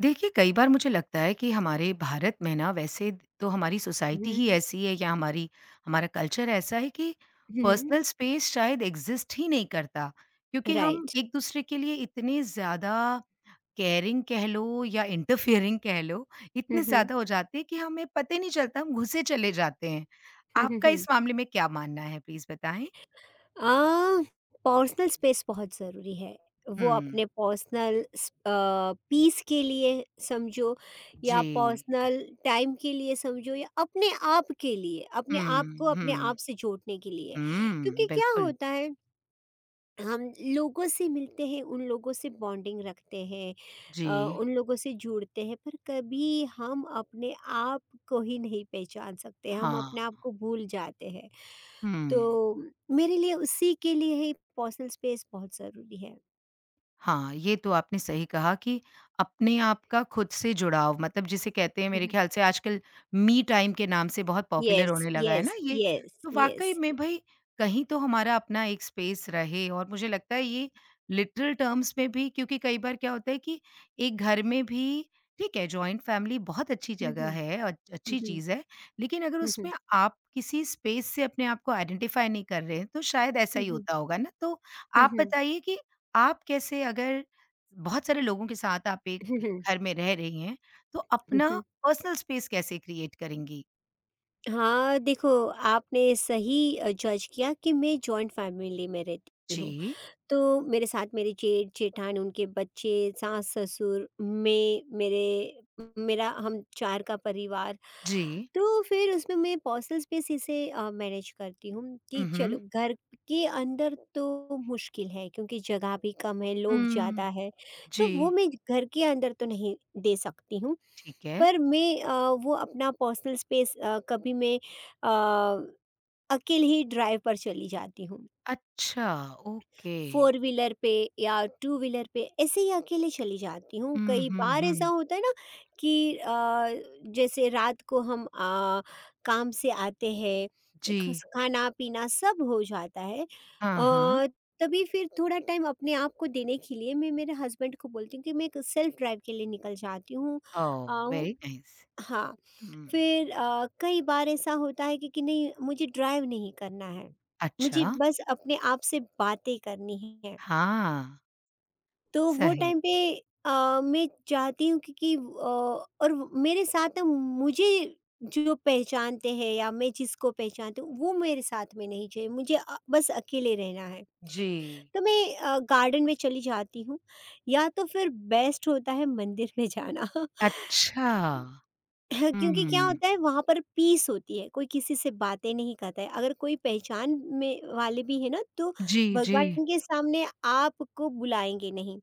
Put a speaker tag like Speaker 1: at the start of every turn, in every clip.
Speaker 1: देखिए, कई बार मुझे लगता है कि हमारे भारत में ना वैसे तो हमारी सोसाइटी ही
Speaker 2: हुँ,
Speaker 1: ऐसी है या हमारी हमारा कल्चर ऐसा है कि
Speaker 2: हुँ।
Speaker 1: पर्सनल स्पेस शायद एग्ज़िस्ट ही नहीं करता। क्योंकि हम
Speaker 2: राइट।
Speaker 1: एक-दूसरे के लिए इतने ज़्यादा केयरिंग कह लो या इंटरफियरिंग कह लो,
Speaker 2: हुँ,
Speaker 1: इतने
Speaker 2: हुँ।
Speaker 1: ज़्यादा हो जाते हैं कि हमें पता ही नहीं चलता, हम घुसे चले जाते हैं।
Speaker 2: हुँ, हुँ,
Speaker 1: आपका इस
Speaker 2: हुँ।
Speaker 1: मामले में क्या मानना है प्लीज़ बताएँ?
Speaker 2: अ, पर्सनल स्पेस बहुत ज़रूरी है। वो
Speaker 1: हुँ,
Speaker 2: अपने पर्सनल पीस के लिए समझो या
Speaker 1: जी।
Speaker 2: पर्सनल टाइम के लिए समझो या अपने आप के लिए, अपने आप को
Speaker 1: हुँ,
Speaker 2: अपने आप
Speaker 1: हुँ।
Speaker 2: से जोड़ने के लिए। क्योंकि
Speaker 1: हुँ,
Speaker 2: क्या
Speaker 1: बिल्कुल।
Speaker 2: होता है, हम लोगों से मिलते हैं, उन लोगों से बॉन्डिंग रखते हैं,
Speaker 1: जी।
Speaker 2: उन लोगों से जुड़ते हैं, पर कभी हम अपने आप को ही नहीं पहचान सकते, हम
Speaker 1: हाँ,
Speaker 2: अपने आप को भूल जाते हैं। तो
Speaker 1: हुँ।
Speaker 2: मेरे लिए उसी के लिए ही पर्सनल स्पेस बहुत ज़रूरी है।
Speaker 1: हाँ, ये तो आपने सही कहा कि अपने आप का खुद से जुड़ाव मतलब जिसे कहते हैं मेरे
Speaker 2: हम्म।
Speaker 1: ख़्याल से आजकल मी टाइम के नाम से बहुत पॉपुलर
Speaker 2: यस,
Speaker 1: होने लगा है
Speaker 2: यस,
Speaker 1: ना ये।
Speaker 2: यस,
Speaker 1: तो
Speaker 2: यस।
Speaker 1: वाक़ई में भई कहीं तो हमारा अपना एक स्पेस रहे और मुझे लगता है ये लिटरल टर्म्स में भी क्योंकि कई बार क्या होता है कि एक घर में भी ठीक है, जॉइंट फैमिली बहुत अच्छी
Speaker 2: हम्म,
Speaker 1: जगह है और अच्छी
Speaker 2: हम्म,
Speaker 1: चीज़ है। लेकिन अगर
Speaker 2: हम्म,
Speaker 1: उसमें आप किसी स्पेस से अपने आप को आइडेंटिफ़ाई नहीं कर रहे हैं, तो शायद ऐसा ही
Speaker 2: हम्म,
Speaker 1: होता होगा ना? तो आप
Speaker 2: हम्म,
Speaker 1: बताइए कि आप कैसे अगर बहुत सारे लोगों के साथ आप
Speaker 2: हम्म,
Speaker 1: एक घर में रह रही हैं, तो अपना पर्सनल स्पेस कैसे क्रिएट करेंगी?
Speaker 2: हाँ, देखो, आपने सही जज किया कि मैं जॉइंट फैमिली में रहती हूँ।
Speaker 1: जी,
Speaker 2: तो मेरे साथ मेरे जेठ जेठान, उनके बच्चे, सास ससुर, मैं मेरे मेरा, हम चार का परिवार।
Speaker 1: जी।
Speaker 2: तो फिर उसमें मैं पर्सनल स्पेस इसे मैनेज करती हूँ कि
Speaker 1: हुँ, हुँ।
Speaker 2: चलो, घर के अंदर तो मुश्किल है क्योंकि जगह भी कम है, लोग
Speaker 1: हुँ,
Speaker 2: ज़्यादा है, तो वो
Speaker 1: जी,
Speaker 2: मैं घर के अंदर तो नहीं दे सकती हूँ।
Speaker 1: ठीक है।
Speaker 2: पर मैं, वो अपना पर्सनल स्पेस, कभी मैं अ, अकेले ही ड्राइव पर चली जाती हूँ।
Speaker 1: अच्छा, ओके।
Speaker 2: फोर व्हीलर पे या टू व्हीलर पे ऐसे ही अकेले चली जाती हूँ।
Speaker 1: हुँ,
Speaker 2: कई
Speaker 1: हुँ,
Speaker 2: बार ऐसा
Speaker 1: हुँ।
Speaker 2: होता है ना कि आ, जैसे रात को हम काम से आते हैं,
Speaker 1: जी,
Speaker 2: खाना पीना सब हो जाता है,
Speaker 1: हाँ, हाँ।
Speaker 2: आ, तभी फिर थोड़ा टाइम अपने आप को देने के लिए मैं मेरे हस्बैंड को बोलती हूँ कि मैं सेल्फ ड्राइव के लिए निकल जाती हूँ।
Speaker 1: ओह!
Speaker 2: Ah,
Speaker 1: very nice.
Speaker 2: हाँ।
Speaker 1: हुँ,
Speaker 2: फिर कई बार ऐसा होता है कि नहीं, मुझे ड्राइव नहीं करना है, मुझे
Speaker 1: अच्छा।
Speaker 2: बस अपने आप से बातें करनी है।
Speaker 1: हाँ,
Speaker 2: तो वो
Speaker 1: सही।
Speaker 2: टाइम पे मैं चाहती हूँ, क्योंकि और मेरे साथ ना, मुझे जो पहचानते हैं या मैं जिसको पहचानती हूँ वो मेरे साथ में नहीं चाहिए। मुझे बस अकेले रहना है।
Speaker 1: जी,
Speaker 2: तो मैं गार्डन में चली जाती हूँ, या तो फिर बेस्ट होता है मंदिर में जाना।
Speaker 1: अच्छा।
Speaker 2: क्योंकि क्या
Speaker 1: हुँ,
Speaker 2: होता है, वहाँ पर पीस होती है, कोई किसी से बातें नहीं करता है। अगर कोई पहचान में वाले भी है ना, तो
Speaker 1: जी, जी।
Speaker 2: भगवान के सामने आपको बुलाएंगे नहीं।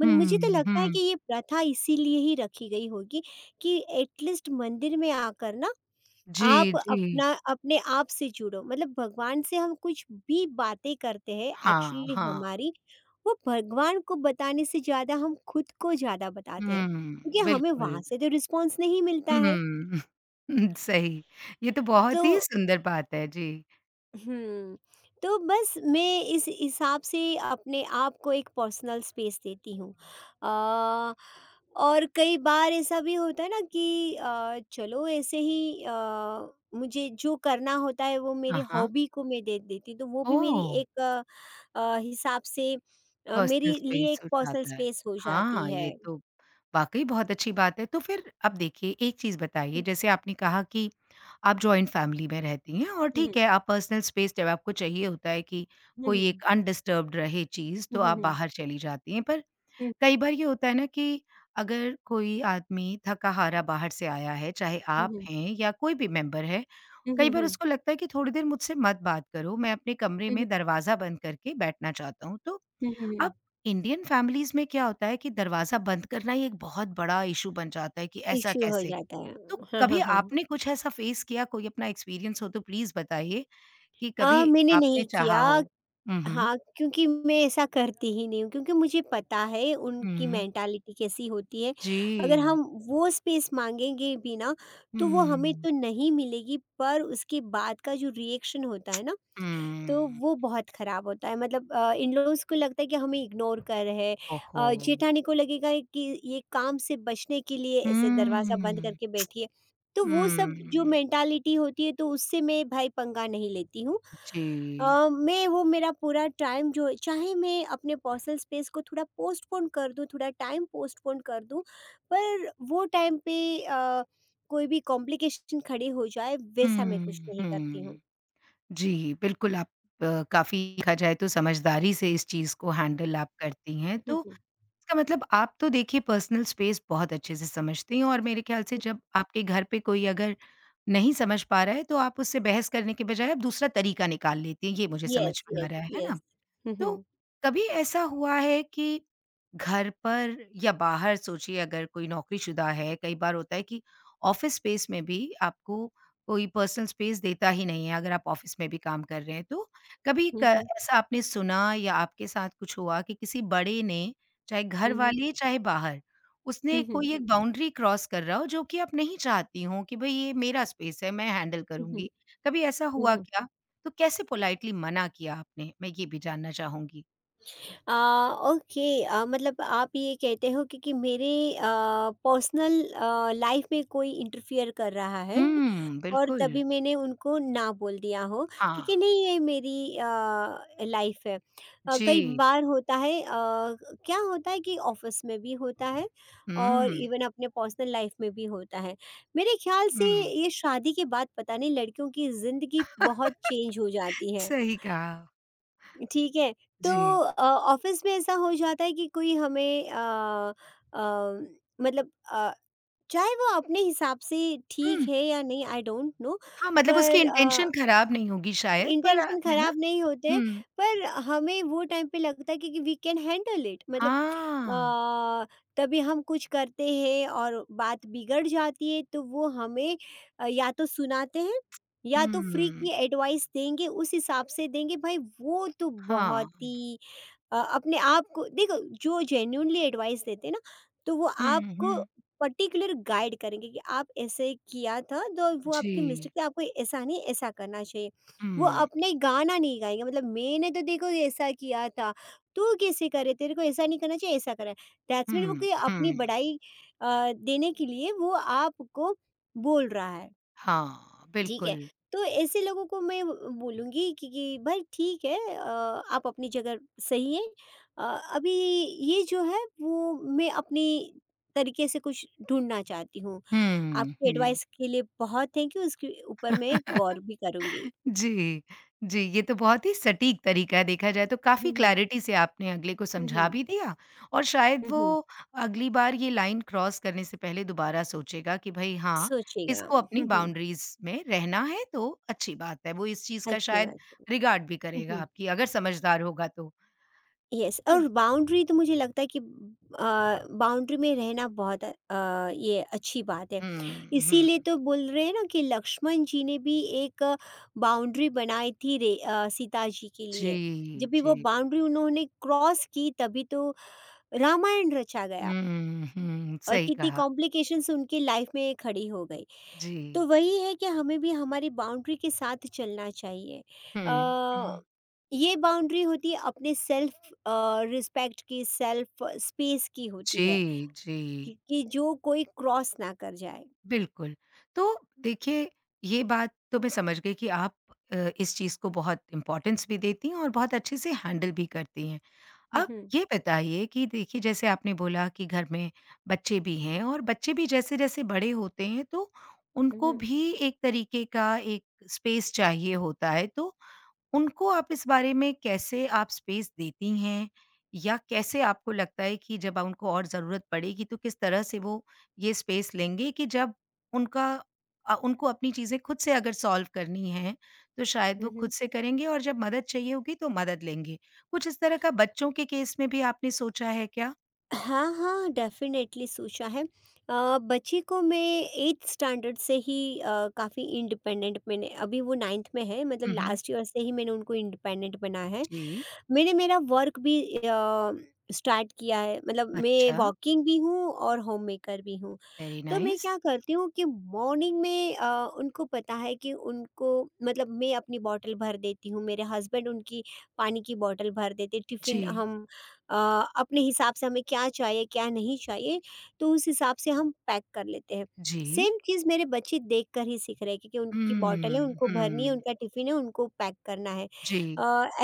Speaker 2: मतलब मुझे तो
Speaker 1: हुँ,
Speaker 2: लगता है
Speaker 1: हुँ।
Speaker 2: कि ये प्रथा इसीलिए ही रखी गई होगी कि एटलीस्ट मंदिर में आकर ना
Speaker 1: जी,
Speaker 2: आप
Speaker 1: जी।
Speaker 2: अपना अपने आप से जुड़ो। मतलब भगवान से हम कुछ भी बातें करते हैं,
Speaker 1: हाँ,
Speaker 2: एक्चुअली
Speaker 1: हाँ।
Speaker 2: हमारी वो भगवान को बताने से ज़्यादा हम खुद को ज़्यादा बताते हैं,
Speaker 1: हुँ,
Speaker 2: क्योंकि हमें वहाँ
Speaker 1: बिल्कुल।
Speaker 2: से तो रिस्पॉन्स नहीं मिलता है।
Speaker 1: हुँ। सही। ये तो
Speaker 2: तो
Speaker 1: बहुत ही सुंदर बात है। जी।
Speaker 2: हम्म तो बस मैं इस हिसाब से अपने आप को एक पर्सनल स्पेस देती हूँ। अ, और कई बार ऐसा भी होता है ना कि चलो ऐसे ही, मुझे जो करना होता है वो मेरे
Speaker 1: हाँ, हाँ।
Speaker 2: हॉबी को मैं दे देती हूँ, तो वो भी मेरी
Speaker 1: ओह!
Speaker 2: एक, हिसाब से
Speaker 1: पर्सनल
Speaker 2: मेरे लिए
Speaker 1: स्पेस
Speaker 2: एक
Speaker 1: हो
Speaker 2: पर्सनल
Speaker 1: जाता है।
Speaker 2: स्पेस हो जाती
Speaker 1: हाँ,
Speaker 2: है।
Speaker 1: ये तो वाक़ई बहुत अच्छी बात है। तो फिर अब देखिए एक चीज़ बताइए
Speaker 2: हम्म,
Speaker 1: जैसे आपने कहा कि आप जॉइंट फ़ैमिली में रहती हैं और
Speaker 2: हम्म,
Speaker 1: ठीक है आप पर्सनल स्पेस जब आपको चाहिए होता है कि कोई
Speaker 2: हम्म,
Speaker 1: एक अनडिस्टर्ब्ड रहे चीज़ तो आप
Speaker 2: हम्म,
Speaker 1: बाहर चली जाती हैं। पर
Speaker 2: हम्म,
Speaker 1: कई बार ये होता है ना कि अगर कोई आदमी थका-हारा बाहर से आया है, चाहे
Speaker 2: हम्म,
Speaker 1: आप
Speaker 2: हम्म,
Speaker 1: हैं या कोई भी मेंबर है,
Speaker 2: हम्म, हम्म,
Speaker 1: कई बार
Speaker 2: हम्म, हम्म,
Speaker 1: उसको लगता है कि थोड़ी देर मुझसे मत बात करो, मैं अपने कमरे
Speaker 2: हम्म, हम्म,
Speaker 1: में दरवाज़ा बंद करके बैठना चाहता हूँ। तो
Speaker 2: हम्म, हम्म, हम्म।
Speaker 1: अब इंडियन फैमिलीज़ में क्या होता है कि दरवाज़ा बंद करना ही एक बहुत बड़ा इश्यू बन जाता है कि ऐसा
Speaker 2: इश्यू हो
Speaker 1: कैसे?
Speaker 2: जाता है।
Speaker 1: तो
Speaker 2: हाँ,
Speaker 1: कभी
Speaker 2: हाँ, हाँ।
Speaker 1: आपने कुछ ऐसा फेस किया, कोई अपना एक्सपीरियंस हो तो प्लीज़ बताइए कि कभी
Speaker 2: मैंने
Speaker 1: आपने
Speaker 2: नहीं
Speaker 1: चाहा
Speaker 2: किया।
Speaker 1: हो? हुँ, हुँ।
Speaker 2: हाँ, क्योंकि मैं ऐसा करती ही नहीं हूँ, क्योंकि मुझे पता है उनकी
Speaker 1: हुँ।
Speaker 2: मेंटालिटी कैसी होती है। अगर
Speaker 1: जी।
Speaker 2: हम वो स्पेस माँगेंगे भी ना, तो वो हमें
Speaker 1: हुँ।
Speaker 2: तो नहीं मिलेगी, पर उसके बाद का जो रिएक्शन होता है ना, तो
Speaker 1: हुँ।
Speaker 2: वो बहुत ख़राब होता है। मतलब इन-लॉज़ को लगता है कि हमें इग्नोर कर रहे हैं,
Speaker 1: ओहो!
Speaker 2: जेठानी को लगेगा कि ये काम से बचने के लिए ऐसे दरवाज़ा
Speaker 1: हुँ,
Speaker 2: बंद
Speaker 1: हुँ।
Speaker 2: करके बैठी है। तो वो सब जो मेंटालिटी होती है, तो उससे मैं भाई पंगा नहीं लेती हूँ।
Speaker 1: जी।
Speaker 2: मैं वो मेरा पूरा टाइम जो है, चाहे मैं अपने पर्सनल स्पेस को थोड़ा पोस्टपोन कर दूँ, थोड़ा टाइम पोस्टपोन कर दूँ, पर वो टाइम पे अ, कोई भी कॉम्प्लिकेशन खड़ी हो जाए वैसा मैं कुछ
Speaker 1: हुँ,
Speaker 2: नहीं करती हूँ।
Speaker 1: हुँ। जी, बिल्कुल आप काफ़ी देखा जाए तो समझदारी से इस चीज़ को हैंडल आप करती हैं। तो इसका मतलब आप तो देखिए पर्सनल स्पेस बहुत अच्छे से समझती हैं और मेरे ख़्याल से जब आपके घर पे कोई अगर नहीं समझ पा रहा है तो आप उससे बहस करने के बजाय आप दूसरा तरीका निकाल लेती हैं, ये मुझे
Speaker 2: Yes,
Speaker 1: समझ में आ
Speaker 2: yes,
Speaker 1: रहा है ना?
Speaker 2: yes.
Speaker 1: तो
Speaker 2: Mhm,
Speaker 1: कभी ऐसा हुआ है कि घर पर या बाहर सोचिए अगर कोई नौकरीशुदा है, कई बार होता है कि ऑफ़िस स्पेस में भी आपको कोई पर्सनल स्पेस देता ही नहीं है, अगर आप ऑफ़िस में भी काम कर रहे हैं तो। कभी क
Speaker 2: mhm,
Speaker 1: ऐसा आपने सुना या आपके साथ कुछ हुआ कि किसी बड़े ने, चाहे
Speaker 2: mhm,
Speaker 1: घरवाले चाहे बाहर, उसने
Speaker 2: mhm,
Speaker 1: कोई एक बाउंड्री क्रॉस कर रहा हो जो कि आप नहीं चाहती हो कि भई ये मेरा स्पेस है, मैं हैंडल
Speaker 2: mhm,
Speaker 1: करूँगी। कभी ऐसा हुआ
Speaker 2: mhm.
Speaker 1: क्या? तो कैसे पोलाइटली मना किया आपने? मैं ये भी जानना चाहूँगी।
Speaker 2: आ, ओके, मतलब आप ये कहते हो कि मेरे पर्सनल लाइफ में कोई इंटरफियर कर रहा है
Speaker 1: हुँ,
Speaker 2: और
Speaker 1: बिल्कुल।
Speaker 2: तभी मैंने उनको ना बोल दिया हो,
Speaker 1: हाँ।
Speaker 2: क्योंकि नहीं, ये मेरी लाइफ है। कई
Speaker 1: जी।
Speaker 2: बार होता है, क्या होता है कि ऑफिस में भी होता है और
Speaker 1: हुँ,
Speaker 2: इवन अपने पर्सनल लाइफ में भी होता है, मेरे ख्याल से।
Speaker 1: हुँ।
Speaker 2: ये शादी के बाद पता नहीं लड़कियों की ज़िंदगी बहुत चेंज हो जाती है,
Speaker 1: सही कहा।
Speaker 2: ठीक है। तो
Speaker 1: जी।
Speaker 2: ऑफ़िस में ऐसा हो जाता है कि कोई हमें, अ, मतलब, चाहे वो अपने हिसाब से
Speaker 1: हुँ।
Speaker 2: ठीक है या नहीं, आई डोंट नो।
Speaker 1: हाँ, मतलब उसकी
Speaker 2: पर
Speaker 1: इंटेंशन ख़राब नहीं होगी शायद पर
Speaker 2: इंटेंशन
Speaker 1: है ना?
Speaker 2: ख़राब नहीं होते हैं,
Speaker 1: हुँ।
Speaker 2: पर हमें वो टाइम पे लगता है कि वी कैन हैंडल इट। मतलब
Speaker 1: हाँ।
Speaker 2: अ, तभी हम कुछ करते हैं और बात बिगड़ जाती है, तो वो हमें या तो सुनाते हैं, या तो फ्री
Speaker 1: हुँ।
Speaker 2: की एडवाइस देंगे, उस हिसाब से देंगे। भाई वो तो बहुत
Speaker 1: हाँ।
Speaker 2: ही, अपने आप को देखो, जो जेन्युइनली एडवाइस देते हैं ना, तो वो
Speaker 1: हुँ,
Speaker 2: आपको
Speaker 1: हुँ।
Speaker 2: पर्टिकुलर गाइड करेंगे कि आप ऐसे किया था तो वो
Speaker 1: जी।
Speaker 2: आपकी मिस्टेक थी, आपको ऐसा नहीं ऐसा करना चाहिए। वो
Speaker 1: हुँ,
Speaker 2: अपने गाना नहीं गाएंगे, मतलब मैंने तो देखो ये ऐसा किया था, तू कैसे करे, तेरे को ऐसा नहीं करना चाहिए ऐसा करा, दैट्स मीन वो
Speaker 1: हुँ,
Speaker 2: कोई अपनी
Speaker 1: हुँ।
Speaker 2: बड़ाई देने के लिए वो आपको बोल रहा है।
Speaker 1: हाँ,
Speaker 2: ठीक है।
Speaker 1: बिल्कुल।
Speaker 2: तो ऐसे लोगों को मैं बोलूँगी कि भाई, ठीक है, आप अपनी जगह सही हैं। अ, अभी ये जो है वो मैं अपनी तरीके से कुछ ढूँढना चाहती हूँ।
Speaker 1: हुँ,
Speaker 2: आपकी
Speaker 1: हुँ।
Speaker 2: एडवाइस के लिए बहुत थैंक यू, इसके ऊपर मैं गौर भी करूँगी।
Speaker 1: जी, जी, ये तो बहुत ही सटीक तरीका है देखा जाए तो,
Speaker 2: हुँ,
Speaker 1: काफ़ी
Speaker 2: हुँ।
Speaker 1: क्लैरिटी से आपने अगले को
Speaker 2: हुँ,
Speaker 1: समझा
Speaker 2: हुँ।
Speaker 1: भी दिया और शायद
Speaker 2: हुँ,
Speaker 1: वो
Speaker 2: हुँ।
Speaker 1: अगली बार ये लाइन क्रॉस करने से पहले दोबारा सोचेगा कि भई हाँ,
Speaker 2: सोचिएगा।
Speaker 1: इसको अपनी
Speaker 2: हुँ, हुँ।
Speaker 1: बाउंड्रीज़ में रहना है तो अच्छी बात है, वो इस चीज़ का
Speaker 2: अच्छी
Speaker 1: शायद
Speaker 2: बात है।
Speaker 1: रिगार्ड भी
Speaker 2: हुँ,
Speaker 1: करेगा
Speaker 2: हुँ।
Speaker 1: आपकी अगर समझदार होगा तो।
Speaker 2: यस, और बाउंड्री तो मुझे लगता है कि बाउंड्री में रहना बहुत, ये अच्छी बात है।
Speaker 1: हुँ, हुँ,
Speaker 2: इसीलिए तो बोल रहे हैं ना कि लक्ष्मण जी ने भी एक बाउंड्री बनाई थी रे, सीता जी के लिए।
Speaker 1: जी,
Speaker 2: जब भी वो
Speaker 1: जी।
Speaker 2: बाउंड्री उन्होंने क्रॉस की, तभी तो रामायण रचा गया
Speaker 1: हुँ, हुँ,
Speaker 2: और
Speaker 1: सही
Speaker 2: कितनी
Speaker 1: कहा।
Speaker 2: कॉम्प्लिकेशंस उनकी लाइफ में खड़ी हो गई।
Speaker 1: जी।
Speaker 2: तो वही है कि हमें भी हमारी बाउंड्री के साथ चलना चाहिए।
Speaker 1: हुँ,
Speaker 2: अ,
Speaker 1: हुँ।
Speaker 2: ये बाउंड्री होती है अपने सेल्फ रिस्पेक्ट की, सेल्फ स्पेस की
Speaker 1: जी,
Speaker 2: होती है
Speaker 1: जी।
Speaker 2: कि जो कोई क्रॉस ना कर जाए।
Speaker 1: बिल्कुल। तो देखिए, ये बात तो मैं समझ गई कि आप इस चीज़ को बहुत इम्पोर्टेंस भी देती हैं और बहुत अच्छे से हैंडल भी करती हैं।
Speaker 2: हम्म,
Speaker 1: अब
Speaker 2: हम्म,
Speaker 1: ये बताइए कि देखिए, जैसे आपने बोला कि घर में बच्चे भी हैं और बच्चे भी जैसे-जैसे बड़े होते हैं, तो उनको
Speaker 2: हम्म,
Speaker 1: भी एक तरीके का एक स्पेस चाहिए होता है। तो उनको आप इस बारे में कैसे आप स्पेस देती हैं? या कैसे आपको लगता है कि जब उनको और ज़रूरत पड़ेगी तो किस तरह से वो ये स्पेस लेंगे कि जब उनका उनको अपनी चीज़ें खुद से अगर सॉल्व करनी हैं, तो शायद वो
Speaker 2: हम्म।
Speaker 1: खुद से करेंगे और जब मदद चाहिए होगी तो मदद लेंगे। कुछ इस तरह का बच्चों के केस में भी आपने सोचा है क्या?
Speaker 2: हाँ, हाँ, डेफ़िनेटली सोचा है। बच्ची को मैं 8th स्टैंडर्ड से ही काफ़ी इंडिपेंडेंट, मैंने अभी वो 9th में है, मतलब
Speaker 1: हुँ, हुँ।
Speaker 2: लास्ट ईयर से ही मैंने उनको इंडिपेंडेंट बनाया है।
Speaker 1: जी।
Speaker 2: मैंने मेरा वर्क भी स्टार्ट किया है, मतलब मैं
Speaker 1: अच्छा,
Speaker 2: वर्किंग भी हूँ और होममेकर भी हूँ।
Speaker 1: वेरी
Speaker 2: तो मैं
Speaker 1: नाइस।
Speaker 2: क्या करती हूँ कि मॉर्निंग में, उनको पता है कि उनको, मतलब मैं अपनी बॉटल भर देती हूँ, मेरे हस्बैंड उनकी पानी की बॉटल भर देते, टिफ़िन
Speaker 1: जी।
Speaker 2: हम अपने हिसाब से हमें क्या चाहिए क्या नहीं चाहिए, तो उस हिसाब से हम पैक कर लेते हैं।
Speaker 1: जी।
Speaker 2: सेम चीज़ मेरे बच्चे देखकर ही सीख रहे हैं, क्योंकि उनकी बॉटल है,
Speaker 1: हुँ,
Speaker 2: उनको भरनी है,
Speaker 1: हुँ।
Speaker 2: उनका टिफ़िन है, उनको पैक करना है।
Speaker 1: जी।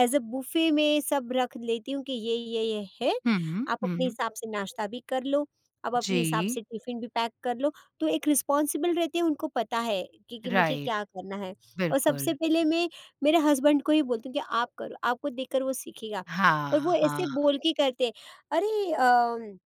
Speaker 2: एज अ बुफे में सब रख लेती हूँ कि ये है,
Speaker 1: हुँ,
Speaker 2: आप अपने
Speaker 1: हुँ।
Speaker 2: हिसाब से नाश्ता भी कर लो, अब अपने
Speaker 1: जी।
Speaker 2: हिसाब से टिफ़िन भी पैक कर लो, तो एक रिस्पॉन्सिबल रहते हैं, उनको पता है कि मुझे
Speaker 1: राइट।
Speaker 2: क्या करना है। और सबसे
Speaker 1: बिल्कुल,
Speaker 2: पहले मैं मेरे हस्बैंड को ही बोलती हूँ कि आप करो, आपको देखकर वो सीखेगा, और
Speaker 1: हाँ,
Speaker 2: वो ऐसे
Speaker 1: हाँ।
Speaker 2: बोल के करते हैं, अरे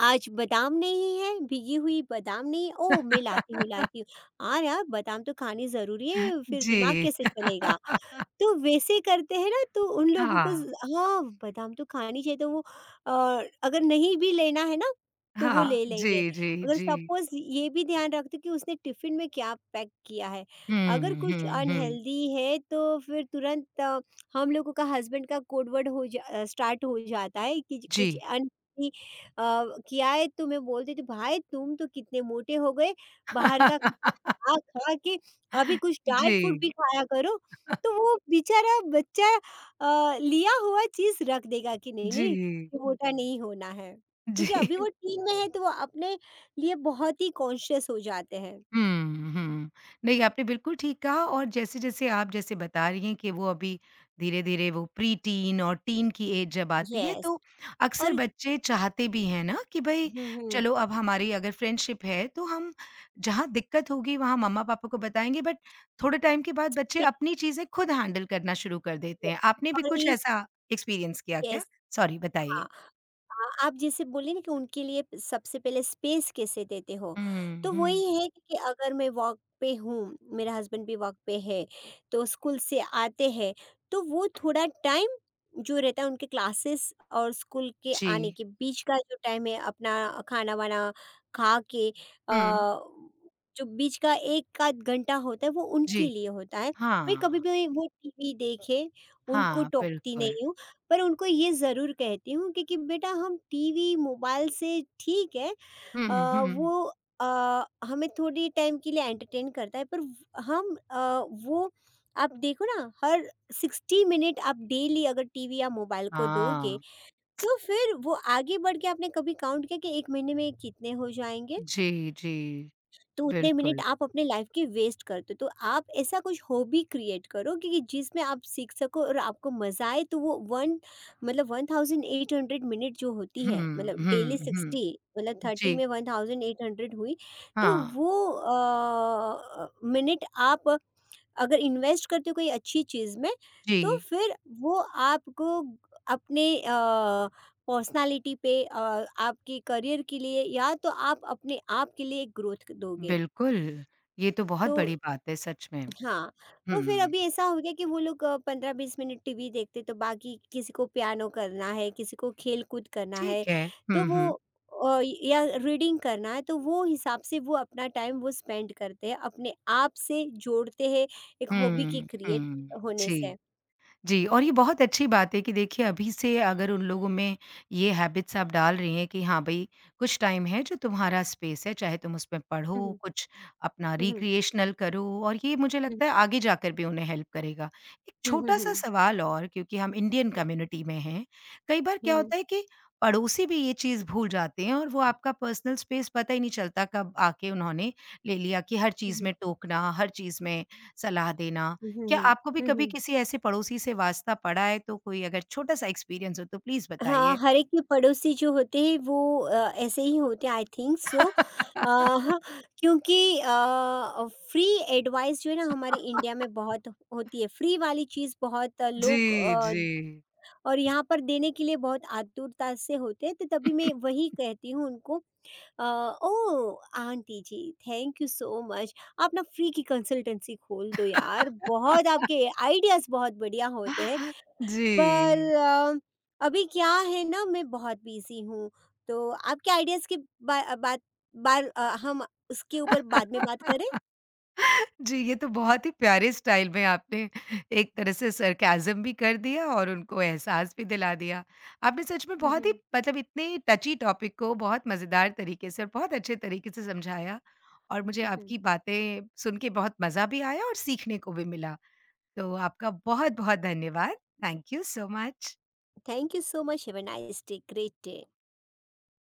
Speaker 2: आज बादाम नहीं है, भीगी हुई बादाम नहीं है, ओह! मैं लाती हूँ, लाती हूँ। हाँ यार, बादाम तो खानी ज़रूरी है, फिर दिमाग
Speaker 1: जी।
Speaker 2: कैसे चलेगा? तो वैसे करते हैं ना, तो उन लोगों को
Speaker 1: हाँ,
Speaker 2: हाँ, बादाम तो खानी चाहिए, तो वो अगर नहीं भी लेना है ना, तो वो
Speaker 1: हाँ,
Speaker 2: ले लेंगे।
Speaker 1: जी, जी,
Speaker 2: अगर
Speaker 1: जी।
Speaker 2: सपोज ये भी ध्यान रखते कि उसने टिफिन में क्या पैक किया है, अगर
Speaker 1: हुँ,
Speaker 2: कुछ
Speaker 1: हुँ, हुँ,
Speaker 2: अनहेल्दी है तो फिर तुरंत, हम लोगों का, हस्बैंड का कोडवर्ड हो जा स्टार्ट हो जाता है कि
Speaker 1: जी।
Speaker 2: कुछ अनहेल्दी किया है, तो मैं बोल देती हूँ, भाई तुम तो कितने मोटे हो गए बाहर का खाना खा खा के, अभी कुछ डाइट फूड भी
Speaker 1: जी,
Speaker 2: खाया करो। तो वो बेचारा बच्चा लिया हुआ चीज़ रख देगा कि नहीं-नहीं,
Speaker 1: जी,
Speaker 2: मोटा नहीं होना है। क्योंकि
Speaker 1: जी।
Speaker 2: अभी वो टीन में है, तो वो अपने लिए बहुत ही कॉन्शियस हो जाते हैं।
Speaker 1: हुँ, हुँ। नहीं, आपने बिल्कुल ठीक कहा और जैसे-जैसे आप जैसे बता रही हैं कि वो अभी धीरे-धीरे वो प्री-टीन और टीन की एज जब आती है,
Speaker 2: यस।
Speaker 1: तो अक्सर
Speaker 2: और
Speaker 1: बच्चे चाहते भी हैं ना कि भई
Speaker 2: हुँ, हुँ।
Speaker 1: चलो अब हमारी अगर फ्रेंडशिप है, तो हम जहाँ दिक्कत होगी वहाँ मम्मा-पापा को बताएँगे, बट थोड़े टाइम के बाद बच्चे अपनी चीज़ें खुद हैंडल करना शुरू कर देते हैं। आपने भी
Speaker 2: और
Speaker 1: कुछ
Speaker 2: इस
Speaker 1: ऐसा एक्सपीरियंस किया क्या?
Speaker 2: यस,
Speaker 1: सॉरी बताइए।
Speaker 2: हाँ। हाँ, आप जैसे बोले ना कि उनके लिए सबसे पहले स्पेस कैसे देते हो,
Speaker 1: हुँ,
Speaker 2: तो
Speaker 1: हुँ।
Speaker 2: वही है कि अगर मैं वॉक पे हूँ, मेरा हस्बैंड भी वॉक पे है, तो स्कूल से आते हैं, तो वो थोड़ा टाइम जो रहता है उनके क्लासेस और स्कूल के आने
Speaker 1: जी।
Speaker 2: के बीच का जो टाइम है, अपना खाना-वाना खा के,
Speaker 1: हुँ।
Speaker 2: जो बीच का 1 आध घंटा होता है वो
Speaker 1: जी।
Speaker 2: उनके लिए होता है। मैं कभी
Speaker 1: हाँ।
Speaker 2: भी वो टीवी देखे, उनको
Speaker 1: हाँ,
Speaker 2: टोकती
Speaker 1: बिल्कुल।
Speaker 2: नहीं हूँ। पर उनको ये ज़रूर कहती हूँ कि बेटा, हम टीवी, मोबाइल से ठीक है, अ,
Speaker 1: हुँ, हुँ।
Speaker 2: वो अ, हमें थोड़ी टाइम के लिए एंटरटेन करता है, पर हम वो, आप देखो ना, हर 60 मिनट आप डेली अगर टीवी या मोबाइल को
Speaker 1: हाँ,
Speaker 2: दोगे, तो फिर वो आगे बढ़ के, आपने कभी काउंट किया कि 1 महीने में कितने हो जाएँगे?
Speaker 1: जी, जी,
Speaker 2: तो उतने मिनट
Speaker 1: बिल्कुल।
Speaker 2: आप अपने लाइफ के वेस्ट करते हो। तो आप ऐसा कुछ हॉबी क्रिएट करो कि जिसमें आप सीख सको और आपको मज़ा आए, तो वो वन, मतलब 1800 मिनट जो होती है,
Speaker 1: हुँ,
Speaker 2: मतलब डेली
Speaker 1: हुँ,
Speaker 2: 60,
Speaker 1: हुँ।
Speaker 2: मतलब 30
Speaker 1: जी,
Speaker 2: में 1800 हुई, तो
Speaker 1: हाँ,
Speaker 2: वो मिनट आप अगर इन्वेस्ट करते हो कोई अच्छी चीज़ में, तो
Speaker 1: जी,
Speaker 2: फिर वो आपको अपने पर्सनालिटी पे, आपके करियर के लिए, या तो आप अपने आप के लिए ग्रोथ दोगे।
Speaker 1: बिल्कुल। ये तो
Speaker 2: तो
Speaker 1: बहुत बड़ी बात है सच में।
Speaker 2: हाँ, तो फिर
Speaker 1: हुँ,
Speaker 2: अभी ऐसा हो गया कि वो लोग 15-20 मिनट टीवी देखते, तो बाकी किसी को पियानो करना है, किसी को खेल-कूद करना है,
Speaker 1: ठीक है। हुँ,
Speaker 2: तो वो,
Speaker 1: हुँ,
Speaker 2: या रीडिंग करना है, तो वो हिसाब से वो अपना टाइम वो स्पेंड करते हैं, अपने आप से जोड़ते हैं एक हॉबी के
Speaker 1: हुँ,
Speaker 2: क्रिएट
Speaker 1: हुँ,
Speaker 2: होने
Speaker 1: जी।
Speaker 2: से।
Speaker 1: जी, और ये बहुत अच्छी बात है कि देखिए अभी से अगर उन लोगों में ये हैबिट्स आप डाल रही हैं कि हाँ भई, कुछ टाइम है जो तुम्हारा स्पेस है, चाहे तुम उसमें
Speaker 2: हुँ,
Speaker 1: पढ़ो,
Speaker 2: हुँ,
Speaker 1: कुछ अपना
Speaker 2: हुँ,
Speaker 1: रिक्रिएशनल करो और ये मुझे
Speaker 2: हुँ,
Speaker 1: लगता है आगे जाकर भी उन्हें हेल्प करेगा। एक
Speaker 2: हुँ, हुँ, हुँ,
Speaker 1: छोटा-सा
Speaker 2: हुँ,
Speaker 1: सवाल और क्योंकि हम इंडियन कम्युनिटी में हैं, कई बार
Speaker 2: हुँ,
Speaker 1: क्या
Speaker 2: हुँ,
Speaker 1: होता है कि पड़ोसी भी ये चीज़ भूल जाते हैं और वो आपका पर्सनल स्पेस पता ही नहीं चलता कब आके उन्होंने ले लिया कि हर
Speaker 2: हुँ, हुँ,
Speaker 1: चीज़
Speaker 2: हुँ, हुँ,
Speaker 1: में टोकना, हर चीज़ में सलाह देना।
Speaker 2: हुँ, हुँ,
Speaker 1: क्या
Speaker 2: हुँ,
Speaker 1: आपको भी
Speaker 2: हुँ,
Speaker 1: कभी
Speaker 2: हुँ।
Speaker 1: किसी ऐसे पड़ोसी से वास्ता पड़ा है तो कोई अगर छोटा-सा एक्सपीरियंस हो तो प्लीज़
Speaker 2: हाँ,
Speaker 1: बताइए?
Speaker 2: हर एक के पड़ोसी जो होते हैं वो ऐसे ही होते हैं, आई थिंक सो। अ, ह क्योंकि फ्री एडवाइस जो है ना हमारे इंडिया में बहुत होती है, फ्री वाली चीज़ बहुत,
Speaker 1: जी,
Speaker 2: लोग
Speaker 1: जी।
Speaker 2: और यहाँ पर देने के लिए बहुत आतुरता से होते हैं, तो तभी मैं वही कहती हूँ उनको, अ, "oh! Aunty ji, thank you so much. आप ना फ्री की कंसल्टेंसी खोल दो यार, बहुत आपके आइडियाज़ बहुत बढ़िया होते हैं।"
Speaker 1: जी।
Speaker 2: पर अभी क्या है ना, मैं बहुत बिज़ी हूँ, तो आपके आइडियाज़ की बा बात बार, हम उसके ऊपर बाद में बात करें?
Speaker 1: जी, ये तो बहुत ही प्यारे स्टाइल में आपने एक तरह से सरकाज़्म भी कर दिया और उनको एहसास भी दिला दिया। आपने सच में
Speaker 2: हुँ,
Speaker 1: बहुत ही
Speaker 2: हुँ।
Speaker 1: मतलब इतने टची टॉपिक को बहुत मज़ेदार तरीके से और बहुत अच्छे तरीके से समझाया और मुझे
Speaker 2: हुँ, हुँ।
Speaker 1: आपकी बातें सुन के बहुत मज़ा भी आया और सीखने को भी मिला। तो आपका बहुत-बहुत धन्यवाद। Thank you so much.
Speaker 2: Thank you so much, have a nice day, great day.